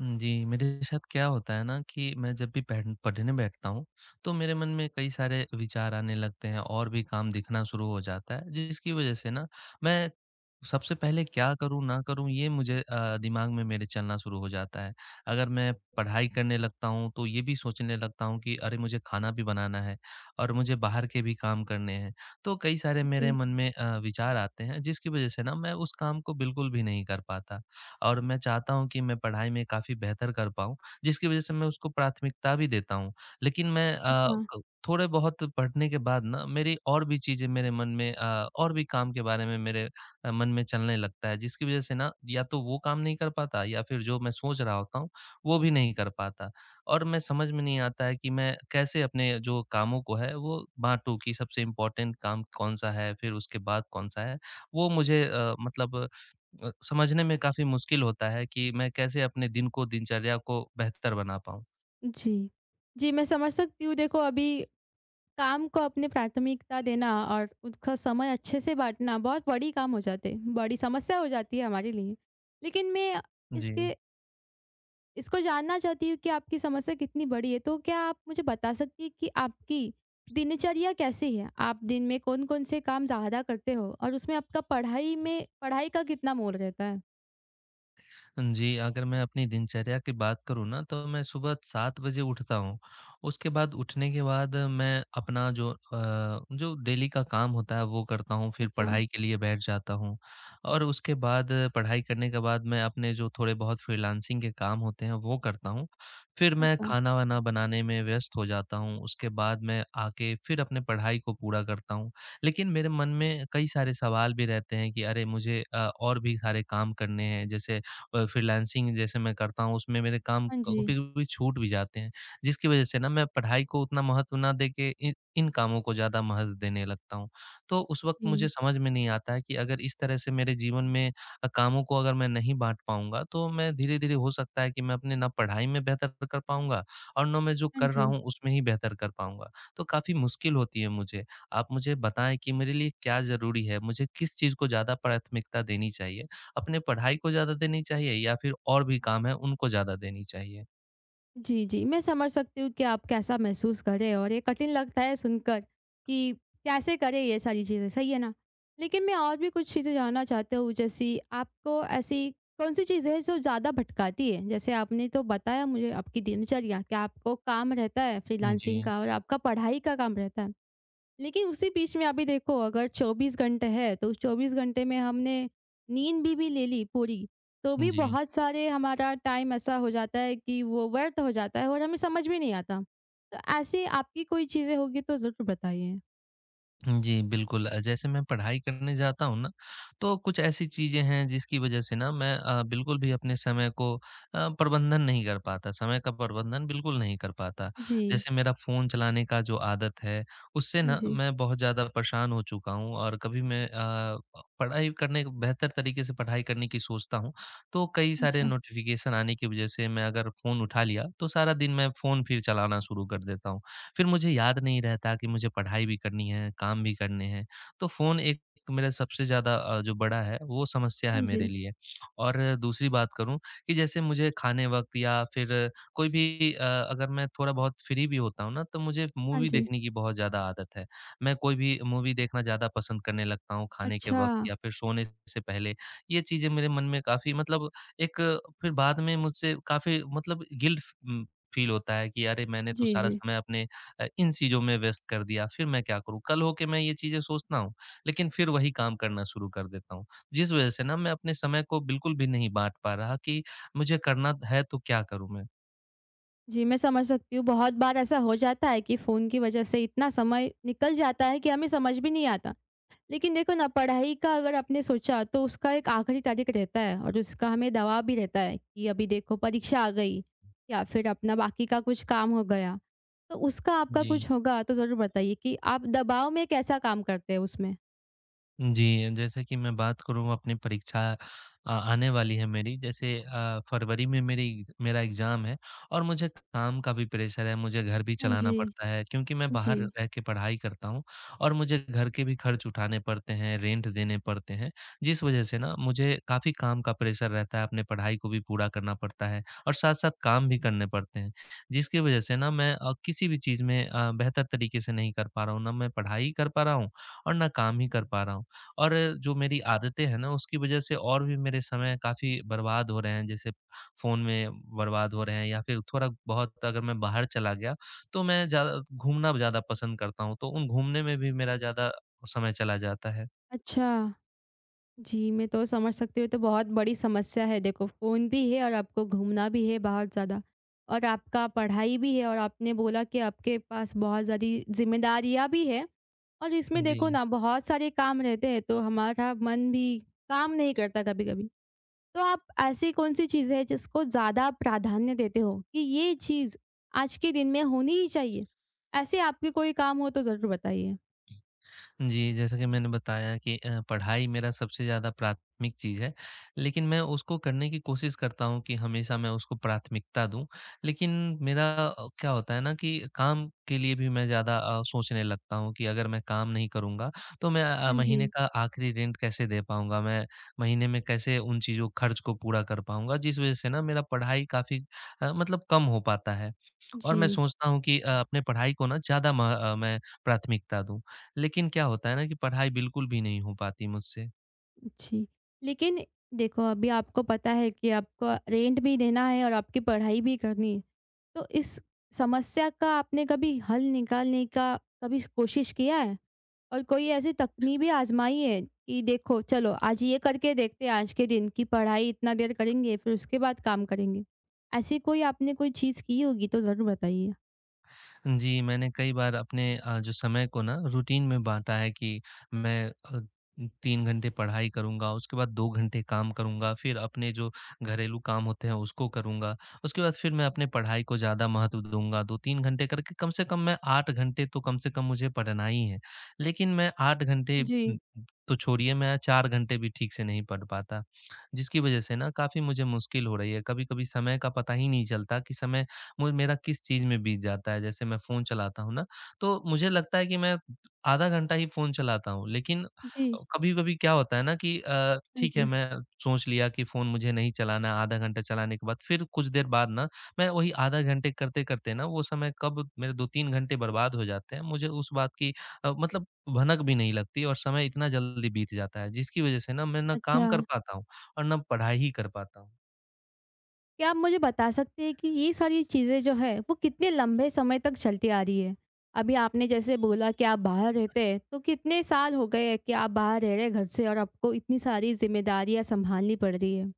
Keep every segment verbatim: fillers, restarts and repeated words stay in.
हुँ, जी, मेरे साथ क्या होता है ना कि मैं जब भी पढ़ पढ़ने बैठता हूँ, तो मेरे मन में कई सारे विचार आने लगते हैं और भी काम दिखना शुरू हो जाता है, जिसकी वजह से ना मैं सबसे पहले क्या करूँ, ना करूँ ये मुझे अ, दिमाग में मेरे चलना शुरू हो जाता है। अगर मैं पढ़ाई करने लगता हूँ, तो ये भी सोचने लगता हूँ कि अरे! मुझे खाना भी बनाना है और मुझे बाहर के भी काम करने हैं। तो कई सारे मेरे जी, मन में अ, विचार आते हैं जिसकी वजह से ना मैं उस काम को बिल्कुल भी नहीं कर पाता। और मैं चाहता हूँ कि मैं पढ़ाई में काफ़ी बेहतर कर पाऊँ, जिसकी वज़ह से मैं उसको प्राथमिकता भी देता हूँ। लेकिन मैं अ, अच्छा। क थोड़े बहुत पढ़ने के बाद ना मेरी और भी चीज़ें मेरे मन में अ, और भी काम के बारे में मेरे अ, मन में चलने लगता है, जिसकी वज़ह से ना या तो वो काम नहीं कर पाता या फिर जो मैं सोच रहा होता हूँ, वो भी नहीं कर पाता। और मैं समझ में नहीं आता है कि मैं कैसे अपने जो कामों को है वो बाँटूँ कि सबसे इम्पोर्टेंट काम कौन-सा है, फिर उसके बाद कौन-सा है। वो मुझे अ, मतलब अ, समझने में काफ़ी मुश्किल होता है कि मैं कैसे अपने दिन को दिनचर्या को बेहतर बना पाऊँ? जी। जी, मैं समझ सकती हूँ। देखो अभी काम को अपनी प्राथमिकता देना और उसका समय अच्छे से बाँटना बहुत बड़ी काम हो जाते हैं, बड़ी समस्या हो जाती है हमारे लिए। लेकिन मैं इसके जी। इसको जानना चाहती हूँ कि आपकी समस्या कितनी बड़ी है? तो क्या आप मुझे बता सकती हैं कि आपकी दिनचर्या कैसी है? आप दिन में कौन-कौन से काम ज़्यादा करते हो? और उसमें आपका पढ़ाई में पढ़ाई का कितना मोल रहता है? जी, अगर मैं अपनी दिनचर्या की बात करूँ ना तो मैं सुबह सात बजे उठता हूँ। उसके बाद उठने के बाद मैं अपना जो अ, जो डेली का काम होता है वो करता हूँ, फिर अच्छा, पढ़ाई के लिए बैठ जाता हूँ। और उसके बाद पढ़ाई करने के बाद मैं अपने जो थोड़े बहुत फ्रीलांसिंग के काम होते हैं वो करता हूँ। फिर मैं अच्छा। खाना-वाना बनाने में व्यस्त हो जाता हूँ, उसके बाद मैं आके फिर अपने पढ़ाई को पूरा करता हूँ। लेकिन मेरे मन में कई सारे सवाल भी रहते हैं कि अरे! मुझे अ, और भी सारे काम करने हैं जैसे अ, फ्रीलांसिंग जैसे मैं करता हूँ उसमें मेरे काम हाँ जी। कभी-कभी छूट भी जाते हैं। जिसकी वज़ह से ना मैं पढ़ाई को उतना महत्व ना दे के इन इन कामों को ज़्यादा महत्व देने लगता हूँ। तो उस वक़्त मुझे जी, समझ में नहीं आता है कि अगर इस तरह से मेरे जीवन में अ, कामों को अगर मैं नहीं बाँट पाऊँगा तो मैं धीरे-धीरे हो सकता है कि मैं अपने ना पढ़ाई में बेहतर कर पाऊँगा और ना मैं जो हाँ कर रहा जी। हूँ उसमें ही बेहतर कर पाऊँगा। तो काफ़ी मुश्किल होती है मुझे। आप मुझे बताएँ कि मेरे लिए क्या ज़रूरी है? मुझे किस चीज़ को ज़्यादा प्राथमिकता देनी चाहिए? अपने पढ़ाई को ज़्यादा देनी चाहिए या फिर और भी काम है उनको ज़्यादा देनी चाहिए? जी, जी। मैं समझ सकती हूँ कि आप कैसा महसूस कर रहे हो, और ये कठिन लगता है सुनकर कि कैसे करें ये सारी चीज़ें, सही है ना? लेकिन मैं और भी कुछ चीज़ें जानना चाहती हूँ। जैसे आपको ऐसी कौन-सी चीज़ है जो ज़्यादा भटकाती है? जैसे आपने तो बताया मुझे आपकी दिनचर्या, कि आपको काम रहता है जी, फ्रीलांसिंग का और आपका पढ़ाई का काम रहता है। लेकिन उसी बीच में अभी देखो, अगर चौबीस घंटे है, तो उस चौबीस घंटे में हमने नींद भी भी ले ली पूरी, तो भी जी। बहुत सारे हमारा टाइम ऐसा हो जाता है कि वो व्यर्थ हो जाता है और हमें समझ भी नहीं आता। तो ऐसी आपकी कोई चीज़ें होंगी तो ज़रूर बताइए? जी, बिल्कुल अ, जैसे मैं पढ़ाई करने जाता हूँ ना, तो कुछ ऐसी चीज़ें हैं जिसकी वज़ह से ना मैं अ, बिल्कुल भी अपने समय को अ, प्रबंधन नहीं कर पाता, समय का प्रबंधन बिल्कुल नहीं कर पाता। जी। जैसे मेरा फ़ोन चलाने का जो आदत है, उससे हाँ ना जी। मैं बहुत ज़्यादा परेशान हो चुका हूँ और कभी मैं अ, पढ़ाई करने बेहतर तरीके से पढ़ाई करने की सोचता हूँ, तो कई सारे अच्छा। नोटिफ़िकेशन आने की वज़ह से मैं अगर फ़ोन उठा लिया, तो सारा दिन मैं फ़ोन फिर चलाना शुरू कर देता हूँ। फिर मुझे याद नहीं रहता कि मुझे पढ़ाई भी करनी है, काम भी करने हैं। तो फ़ोन एक मेरा सबसे ज़्यादा अ, जो बड़ा है वो समस्या हाँ है मेरे जी। लिए। और दूसरी बात करूँ कि जैसे मुझे खाने वक़्त या फिर कोई भी अ, अगर मैं थोड़ा बहुत फ्री भी होता हूँ ना तो मुझे हाँ मूवी जी। देखने की बहुत ज़्यादा आदत है। मैं कोई भी मूवी देखना ज़्यादा पसंद करने लगता हूँ खाने के अच्छा। वक़्त या फिर सोने से पहले। ये चीज़ें मेरे मन में काफ़ी मतलब एक फिर बाद में मुझसे काफ़ी मतलब गिल्ट फ़ उम, फ़ील होता है कि अरे! मैंने तो जी, सारा जी। समय अपने अ, इन चीज़ों में व्यस्त कर दिया, फिर मैं क्या करूँ? कल होके मैं ये चीज़ें सोचता हूँ, लेकिन फिर वही काम करना शुरू कर देता हूँ। जिस वजह से ना मैं अपने समय को बिल्कुल भी नहीं बाँट पा रहा कि मुझे करना है तो क्या करूँ मैं? जी, मैं समझ सकती हूँ। बहुत बार ऐसा हो जाता है कि फ़ोन की वज़ह से इतना समय निकल जाता है कि हमें समझ भी नहीं आता। लेकिन देखो ना, पढ़ाई का अगर आपने सोचा, तो उसका एक आखिरी तारीख रहता है और उसका हमें दबाव भी रहता है कि अभी देखो, परीक्षा आ गई या फिर अपना बाकी का कुछ काम हो गया। तो उसका आपका जी। कुछ होगा तो ज़रूर बताइए, कि आप दबाव में कैसा काम करते हैं उसमें? जी, जैसे कि मैं बात करूँ अपनी परीक्षा अ, आने वाली है मेरी जैसे अ, फरवरी में मेरी मेरा एग्ज़ाम है और मुझे काम का भी प्रेशर है, मुझे घर भी हाँ जी। चलाना पड़ता है क्योंकि मैं बाहर जी। रह के पढ़ाई करता हूँ और मुझे घर के भी खर्च उठाने पड़ते हैं, रेंट देने पड़ते हैं। जिस वज़ह से ना मुझे काफ़ी काम का प्रेशर रहता है, अपने पढ़ाई को भी पूरा करना पड़ता है और साथ-साथ काम भी करने पड़ते हैं। जिसकी वज़ह से ना मैं अ, किसी भी चीज़ में अ, बेहतर तरीके से नहीं कर पा रहा हूँ, ना मैं पढ़ाई कर पा रहा हूँ और ना काम ही कर पा रहा हूँ। और जो मेरी आदतें हैं ना, उसकी वजह से और भी मेरे समय काफ़ी बर्बाद हो रहे हैं, जैसे फ़ोन में बर्बाद हो रहे हैं या फिर थोड़ा-बहुत अगर मैं बाहर चला गया, तो मैं ज़्यादा घूमना ज़्यादा पसंद करता हूँ, तो उन घूमने में भी मेरा ज़्यादा समय चला जाता है। अच्छा। जी, मैं तो समझ सकती हूँ, ये तो बहुत बड़ी समस्या है। देखो, फ़ोन भी है, और आपको घूमना भी है बहुत ज़्यादा, और आपका पढ़ाई भी है, और आपने बोला कि आपके पास बहुत ज़्यादी ज़िम्मेदारियाँ भी है। और इसमें जी। देखो ना, बहुत सारे काम रहते हैं, तो हमारा मन भी काम नहीं करता कभी-कभी। तो आप ऐसी कौन-सी चीज़ है, जिसको ज़्यादा प्राधान्य देते हो, कि ये चीज़ आज के दिन में होनी ही चाहिए? ऐसे आपके कोई काम हो तो ज़रूर बताइए? जी, जैसा कि मैंने बताया कि अ, पढ़ाई मेरा सबसे ज़्यादा प्राथमिक चीज़ है, लेकिन मैं उसको करने की कोशिश करता हूँ कि हमेशा मैं उसको प्राथमिकता दूँ। लेकिन मेरा अ, क्या होता है ना कि काम के लिए भी मैं ज़्यादा अ, सोचने लगता हूँ कि अगर मैं काम नहीं करूँगा, तो मैं अ, हाँ जी। महीने का आखिरी रेंट कैसे दे पाऊँगा? मैं महीने में कैसे उन चीज़ों खर्च को पूरा कर पाऊँगा? जिस वज़ह से ना मेरा पढ़ाई काफ़ी अ, मतलब कम हो पाता है और जी। मैं सोचता हूँ कि अ, अपने पढ़ाई को ना ज़्यादा म अ, मैं प्राथमिकता दूँ। लेकिन क्या होता है ना कि पढ़ाई बिल्कुल भी नहीं हो पाती मुझसे। जी। लेकिन देखो, अभी आपको पता है कि आपको रेंट भी देना है और आपकी पढ़ाई भी करनी है। तो इस समस्या का आपने कभी हल निकालने का कभी कोशिश किया है? और कोई ऐसी तकनीक भी आज़माई है कि देखो, चलो आज ये करके देखते हैं, आज के दिन की पढ़ाई इतना देर करेंगे, फिर उसके बाद काम करेंगे। ऐसी कोई आपने कोई चीज़ की होगी तो ज़रूर बताइए? जी, मैंने कई बार अपने अ, जो समय को ना रूटीन में बाँटा है कि मैं अ, तीन घंटे पढ़ाई करूँगा, उसके बाद दो घंटे काम करूँगा, फिर अपने जो घरेलू काम होते हैं उसको करूँगा। उसके बाद फिर मैं अपने पढ़ाई को ज़्यादा महत्व दूँगा, दो तीन घंटे करके कम से कम मैं आठ घंटे तो कम से कम मुझे पढ़ना ही है। लेकिन मैं 8 घंटे जी। उम, तो छोड़िए मैं चार घंटे भी ठीक से नहीं पढ़ पाता, जिसकी वज़ह से ना काफ़ी मुझे मुश्किल हो रही है। कभी-कभी समय का पता ही नहीं चलता कि समय मु मेरा किस चीज़ में बीत जाता है। जैसे मैं फ़ोन चलाता हूँ ना, तो मुझे लगता है कि मैं आधा घंटा ही फ़ोन चलाता हूँ। लेकिन जी। कभी-कभी क्या होता है ना कि अ, हाँ ठीक है, जी। मैं सोच लिया कि फ़ोन मुझे नहीं चलाना है, आधा घंटा चलाने के बाद फिर कुछ देर बाद ना, मैं वही आधा घंटे करते-करते ना वो समय कब मेरे दो तीन घंटे बर्बाद हो जाते हैं, मुझे उस बात की अ, मतलब भनक भी नहीं लगती और समय इतना जल्दी बीत जाता है, जिसकी वज़ह से ना मैं ना अच्छा। काम कर पाता हूँ और ना पढ़ाई ही कर पाता हूँ। क्या आप मुझे बता सकते हैं कि ये सारी चीज़ें जो है वो कितने लंबे समय तक चलती आ रही है? अभी आपने जैसे बोला कि आप बाहर रहते हैं, तो कितने साल हो गए हैं कि आप बाहर रह रहे हैं घर से, और आपको इतनी सारी ज़िम्मेदारियाँ सँभालनी पड़ रही है?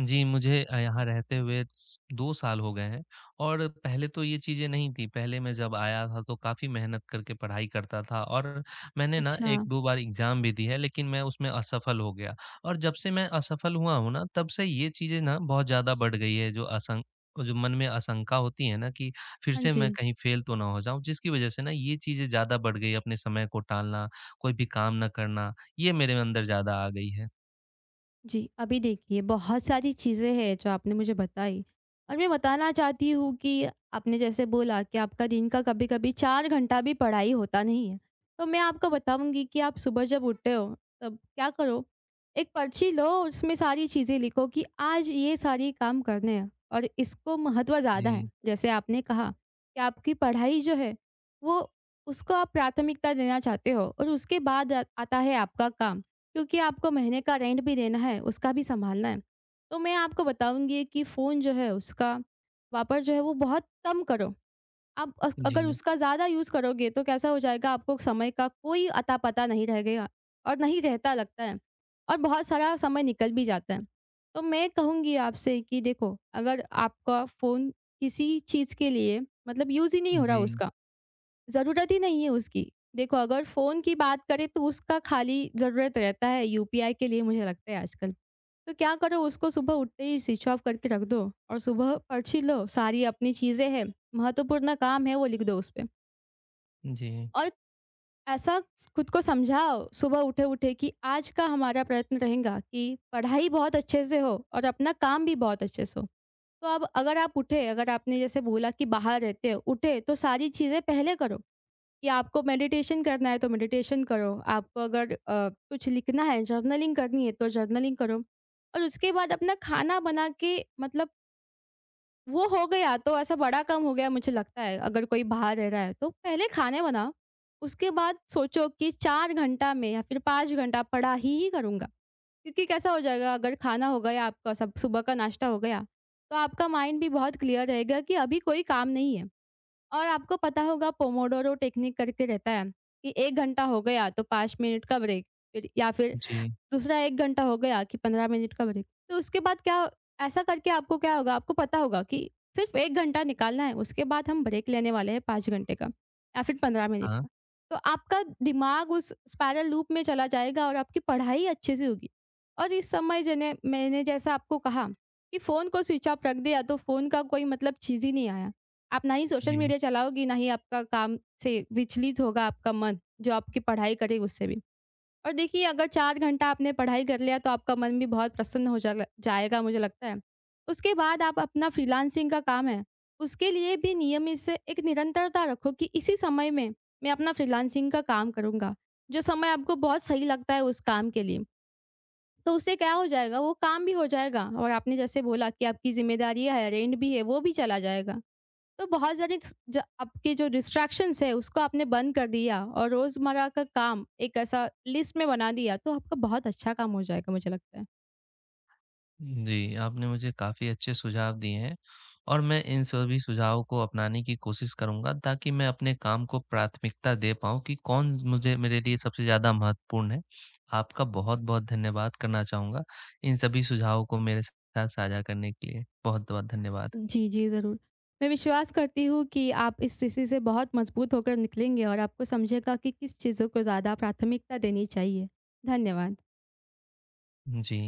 जी, मुझे अ, यहाँ रहते हुए स दो साल हो गए हैं और पहले तो ये चीज़ें नहीं थी। पहले मैं जब आया था तो काफ़ी मेहनत करके पढ़ाई करता था और मैंने ना अच्छा, एक दो बार एग्ज़ाम भी दी है लेकिन मैं उसमें असफल हो गया। और जब से मैं असफल हुआ हूँ ना तब से ये चीज़ें ना बहुत ज़्यादा बढ़ गई है जो असं जो मन में आशंका होती है ना कि फिर हाँ से मैं जी। कहीं फ़ेल तो ना हो जाऊँ जिसकी वज़ह से ना ये चीज़ें ज़्यादा बढ़ गई अपने समय को टालना, कोई भी काम ना करना, ये मेरे अंदर ज़्यादा आ गई है। जी, अभी देखिए, बहुत सारी चीज़ें हैं जो आपने मुझे बताई, और मैं बताना चाहती हूँ कि आपने जैसे बोला कि आपका दिन का कभी-कभी चार घंटा भी पढ़ाई होता नहीं है। तो मैं आपको बताऊँगी कि आप सुबह जब उठते हो तब क्या करो, एक पर्ची लो, उसमें सारी चीज़ें लिखो कि आज ये सारे काम करने हैं और इसको महत्व ज़्यादा है। जी, जैसे आपने कहा कि आपकी पढ़ाई जो है, वो उसको आप प्राथमिकता देना चाहते हो, और उसके बाद अ, आता है आपका काम। क्योंकि आपको महीने का रेंट भी देना है, उसका भी सँभालना है। तो मैं आपको बताऊँगी कि फ़ोन जो है उसका वापर जो है वो बहुत कम करो। आप अ, अगर जी, उसका ज़्यादा यूज़ करोगे, तो कैसा हो जाएगा, आपको समय का कोई अता-पता नहीं रहेगा, और नहीं रहता लगता है, और बहुत सारा समय निकल भी जाता है। तो मैं कहूँगी आपसे कि देखो, अगर आपका फ़ोन किसी चीज़ के लिए मतलब यूज़ ही नहीं हो रहा, जी। उसका ज़रूरत ही नहीं है उसकी। देखो, अगर फ़ोन की बात करें, तो उसका खाली ज़रूरत रहता है यूपीआई के लिए, मुझे लगता है आजकल। तो क्या करो, उसको सुबह उठते ही स्विच ऑफ करके रख दो, और सुबह पर्ची लो, सारी अपनी चीज़ें हैं, महत्वपूर्ण काम है वो लिख दो उसपे। जी, और ऐसा खुद को समझाओ सुबह उठे-उठे कि आज का हमारा प्रयत्न रहेगा कि पढ़ाई बहुत अच्छे से हो और अपना काम भी बहुत अच्छे से हो। तो अब अगर आप उठे, अगर आपने जैसे बोला कि बाहर रहते हो, उठे तो सारी चीज़ें पहले करो। कि आपको मेडिटेशन करना है तो मेडिटेशन करो, आपको अगर अ, कुछ लिखना है, जर्नलिंग करनी है, तो जर्नलिंग करो। और उसके बाद अपना खाना बना के मतलब, वो हो गया तो ऐसा बड़ा काम हो गया, मुझे लगता है। अगर कोई बाहर रह रहा है तो पहले खाने बनाओ, उसके बाद सोचो कि चार घंटा में या फिर पाँच घंटा पढ़ाई ही ही करूँगा। क्योंकि कैसा हो जाएगा, अगर खाना हो गया आपका, सब सुबह का नाश्ता हो गया, तो आपका माइंड भी बहुत क्लियर रहेगा कि अभी कोई काम नहीं है। और आपको पता होगा, पोमोडोरो टेक्निक करके रहता है कि एक घंटा हो गया तो पाँच मिनट का ब्रेक, फिर या फिर जी। दूसरा एक घंटा हो गया कि पंद्रह मिनट का ब्रेक। तो उसके बाद क्या, ऐसा करके आपको क्या होगा, आपको पता होगा कि सिर्फ़ एक घंटा निकालना है, उसके बाद हम ब्रेक लेने वाले हैं पाँच घंटे का या फिर पंद्रह मिनट हाँ, का। तो आपका दिमाग उस स्पाइरल लूप में चला जाएगा और आपकी पढ़ाई अच्छे से होगी। और इस समय जने मैंने जैसा आपको कहा कि फ़ोन को स्विच ऑफ रख दिया, तो फ़ोन का कोई मतलब चीज़ ही नहीं आया। आप ना ही सोशल जी। मीडिया चलाओगी, ना ही आपका काम से विचलित होगा आपका मन, जो आपकी पढ़ाई करेगी उससे भी। और देखिए, अगर चार घंटा आपने पढ़ाई कर लिया, तो आपका मन भी बहुत प्रसन्न हो जा जाएगा, मुझे लगता है। उसके बाद आप अपना फ्रीलांसिंग का काम है, उसके लिए भी नियमित से एक निरंतरता रखो कि इसी समय में मैं अपना फ्रीलांसिंग का काम करूँगा। जो समय आपको बहुत सही लगता है उस काम के लिए, तो उससे क्या हो जाएगा, वो काम भी हो जाएगा और आपने जैसे बोला कि आपकी ज़िम्मेदारियाँ है, रेंट भी है, वो भी चला जाएगा। तो बहुत सारी स- ज- आपके जो डिस्ट्रैक्शंस है उसको आपने बंद कर दिया और रोजमर्रा का काम एक ऐसा लिस्ट में बना दिया, तो आपका बहुत अच्छा काम हो जाएगा, मुझे लगता है। जी, आपने मुझे काफ़ी अच्छे सुझाव दिए हैं और मैं इन सभी सुझावों को अपनाने की कोशिश करूँगा ताकि मैं अपने काम को प्राथमिकता दे पाऊँ कि कौन मुझे मेरे लिए सबसे ज़्यादा महत्वपूर्ण है। आपका बहुत-बहुत धन्यवाद करना चाहूँगा, इन सभी सुझावों को मेरे साथ साझा करने के लिए। बहुत-बहुत धन्यवाद। जी, जी, ज़रूर। मैं विश्वास करती हूँ कि आप इस स्थिति से बहुत मजबूत होकर निकलेंगे और आपको समझेगा कि किस चीज़ों को ज़्यादा प्राथमिकता देनी चाहिए। धन्यवाद। जी।